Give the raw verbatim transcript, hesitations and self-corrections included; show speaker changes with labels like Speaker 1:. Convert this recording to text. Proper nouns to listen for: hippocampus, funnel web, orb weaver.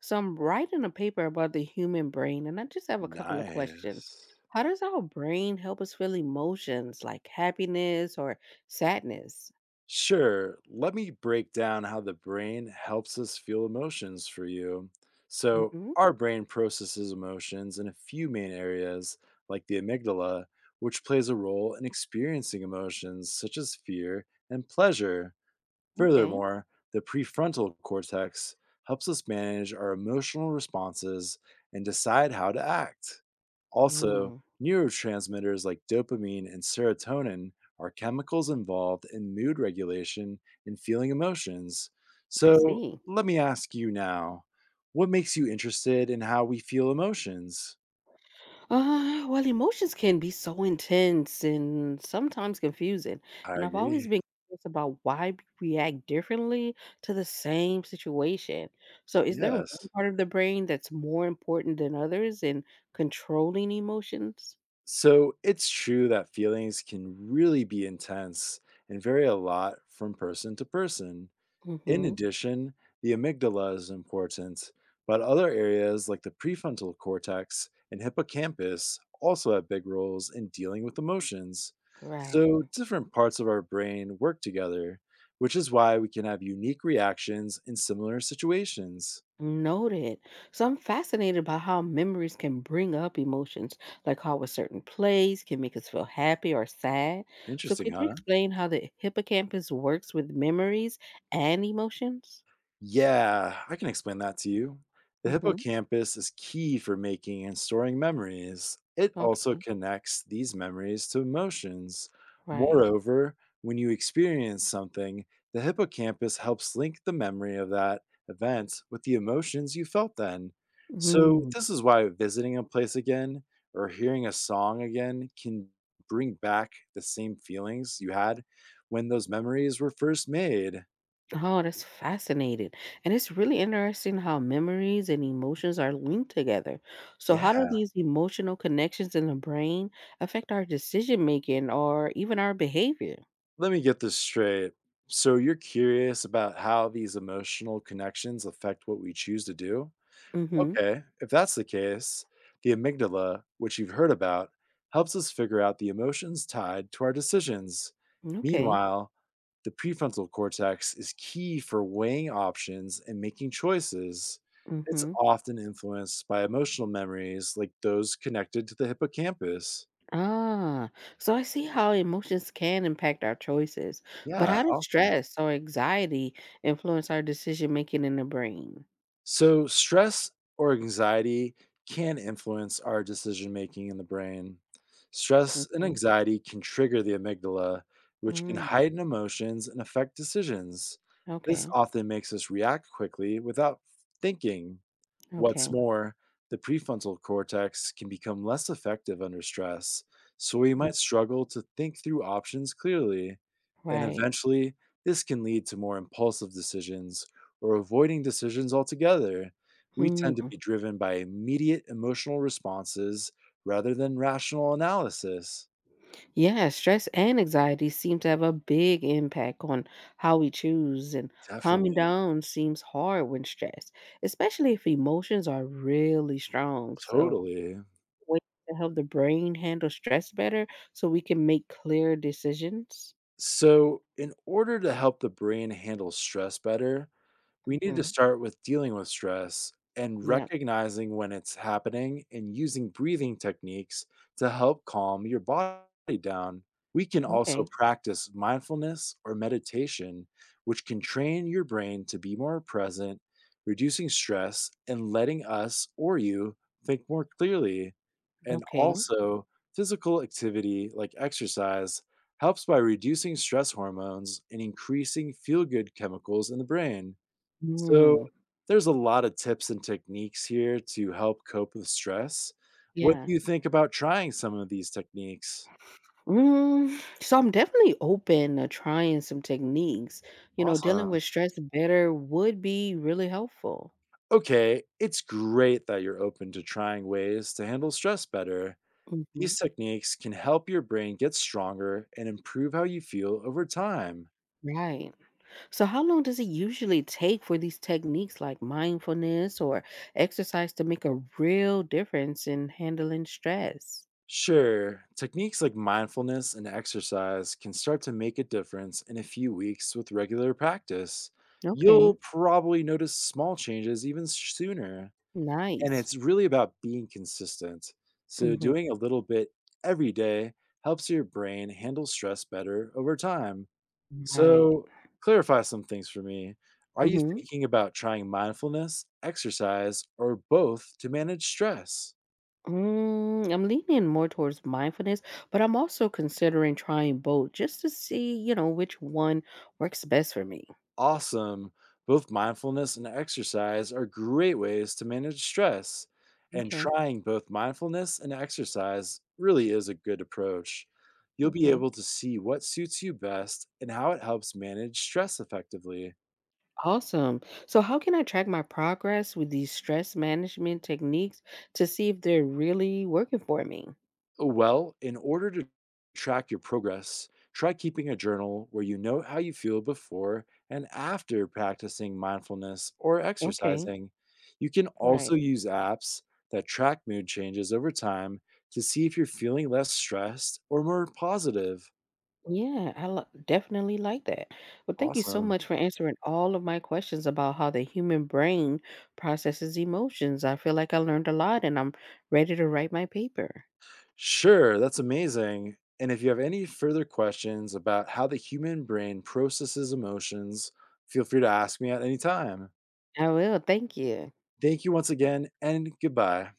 Speaker 1: So I'm writing a paper about the human brain, and I just have a couple of questions.
Speaker 2: Nice.
Speaker 1: How does our brain help us feel emotions like happiness or sadness?
Speaker 2: Sure. Let me break down how the brain helps us feel emotions for you. So,
Speaker 1: Hmm.
Speaker 2: our brain processes emotions in a few main areas, like the amygdala, which plays a role in experiencing emotions such as fear and pleasure.
Speaker 1: Okay.
Speaker 2: Furthermore, the prefrontal cortex helps us manage our emotional responses and decide how to act. Also,
Speaker 1: Mm,
Speaker 2: neurotransmitters like dopamine and serotonin are chemicals involved in mood regulation and feeling emotions.
Speaker 1: I
Speaker 2: So,
Speaker 1: see.
Speaker 2: let me ask you now, what makes you interested in how we feel emotions?
Speaker 1: Uh, well, emotions can be so intense and sometimes confusing.
Speaker 2: I
Speaker 1: And I've always
Speaker 2: agree.
Speaker 1: been curious about why we react differently to the same situation. So, is there one
Speaker 2: Yes.
Speaker 1: part of the brain that's more important than others in controlling emotions?
Speaker 2: So, it's true that feelings can really be intense and vary a lot from person to person. In
Speaker 1: Hmm.
Speaker 2: addition, the amygdala is important, but other areas like the prefrontal cortex and hippocampus also have big roles in dealing with emotions.
Speaker 1: Right.
Speaker 2: So, different parts of our brain work together, which is why we can have unique reactions in similar situations.
Speaker 1: Noted. So I'm fascinated by how memories can bring up emotions, like how a certain place can make us feel happy or sad. So
Speaker 2: Interesting,
Speaker 1: could you
Speaker 2: huh?
Speaker 1: explain how the hippocampus works with memories and emotions?
Speaker 2: Yeah, I can explain that to you. The
Speaker 1: Mm-hmm.
Speaker 2: hippocampus is key for making and storing memories. It also
Speaker 1: Okay.
Speaker 2: connects these memories to emotions.
Speaker 1: Right.
Speaker 2: Moreover, when you experience something, the hippocampus helps link the memory of that event with the emotions you felt then. So,
Speaker 1: Mm.
Speaker 2: this is why visiting a place again or hearing a song again can bring back the same feelings you had when those memories were first made.
Speaker 1: Oh, that's fascinating. And it's really interesting how memories and emotions are linked together. So how do
Speaker 2: Yeah.
Speaker 1: these emotional connections in the brain affect our decision making or even our behavior?
Speaker 2: Let me get this straight. So you're curious about how these emotional connections affect what we choose to do?
Speaker 1: Mm-hmm.
Speaker 2: Okay, if that's the case, the amygdala, which you've heard about, helps us figure out the emotions tied to our decisions.
Speaker 1: Okay.
Speaker 2: Meanwhile, the prefrontal cortex is key for weighing options and making choices. It's
Speaker 1: Mhm.
Speaker 2: often influenced by emotional memories like those connected to the hippocampus.
Speaker 1: Ah, so I see how emotions can impact our choices, but
Speaker 2: Yeah,
Speaker 1: how does
Speaker 2: awesome.
Speaker 1: stress or anxiety influence our decision making in the brain?
Speaker 2: So, stress or anxiety can influence our decision making in the brain. Stress and
Speaker 1: Okay.
Speaker 2: anxiety can trigger the amygdala, which can
Speaker 1: Mm,
Speaker 2: heighten emotions and affect decisions. This
Speaker 1: okay.
Speaker 2: often makes us react quickly without thinking. What's
Speaker 1: Okay.
Speaker 2: more, the prefrontal cortex can become less effective under stress, so we
Speaker 1: Mm,
Speaker 2: might struggle to think through options clearly. And
Speaker 1: right.
Speaker 2: eventually, this can lead to more impulsive decisions or avoiding decisions altogether. We tend to
Speaker 1: Mm.
Speaker 2: be driven by immediate emotional responses rather than rational analysis.
Speaker 1: Yeah, stress and anxiety seem to have a big impact on how we choose, and calming
Speaker 2: Definitely.
Speaker 1: down seems hard when stressed, especially if emotions are really strong. So,
Speaker 2: Totally.
Speaker 1: ways to help the brain handle stress better so we can make clear decisions?
Speaker 2: So, in order to help the brain handle stress better, we need to
Speaker 1: Mhm.
Speaker 2: start with dealing with stress and
Speaker 1: Yep.
Speaker 2: recognizing when it's happening and using breathing techniques to help calm your body down. We can also
Speaker 1: Okay.
Speaker 2: practice mindfulness or meditation, which can train your brain to be more present, reducing stress and letting us or you think more clearly. And
Speaker 1: Okay.
Speaker 2: also, physical activity like exercise helps by reducing stress hormones and increasing feel good chemicals in the brain. So,
Speaker 1: Mm.
Speaker 2: there's a lot of tips and techniques here to help cope with stress. What
Speaker 1: Yeah.
Speaker 2: do you think about trying some of these techniques?
Speaker 1: Mm, so I'm definitely open to trying some techniques. You know, dealing
Speaker 2: Awesome.
Speaker 1: with stress better would be really helpful.
Speaker 2: Okay, it's great that you're open to trying ways to handle stress better.
Speaker 1: Mhm.
Speaker 2: These techniques can help your brain get stronger and improve how you feel over time.
Speaker 1: Right. So, how long does it usually take for these techniques like mindfulness or exercise to make a real difference in handling stress?
Speaker 2: Sure, techniques like mindfulness and exercise can start to make a difference in a few weeks with regular practice. You'll
Speaker 1: Okay,
Speaker 2: probably notice small changes even sooner. And
Speaker 1: nice.
Speaker 2: it's really about being consistent. So
Speaker 1: Hmm.
Speaker 2: doing a little bit every day helps your brain handle stress better over time.
Speaker 1: Right.
Speaker 2: So clarify some things for me. Are you
Speaker 1: Mm-hmm.
Speaker 2: thinking about trying mindfulness, exercise, or both to manage stress?
Speaker 1: Mm, I'm leaning more towards mindfulness, but I'm also considering trying both just to see, you know, which one works best for me.
Speaker 2: Awesome. Both mindfulness and exercise are great ways to manage stress, and
Speaker 1: Okay.
Speaker 2: trying both mindfulness and exercise really is a good approach. You'll be
Speaker 1: Okay.
Speaker 2: able to see what suits you best and how it helps manage stress effectively.
Speaker 1: Awesome. So, how can I track my progress with these stress management techniques to see if they're really working for me?
Speaker 2: Well, in order to track your progress, try keeping a journal where you note how you feel before and after practicing mindfulness or
Speaker 1: Okay.
Speaker 2: exercising. You can also
Speaker 1: Right.
Speaker 2: use apps that track mood changes over time to see if you're feeling less stressed or more positive.
Speaker 1: Yeah, I lo- definitely like that. Well, thank you so
Speaker 2: Awesome.
Speaker 1: much for answering all of my questions about how the human brain processes emotions. I feel like I learned a lot and I'm ready to write my paper.
Speaker 2: Sure, that's amazing. And if you have any further questions about how the human brain processes emotions, feel free to ask me at any time.
Speaker 1: I will. Thank you.
Speaker 2: Thank you once again, and goodbye.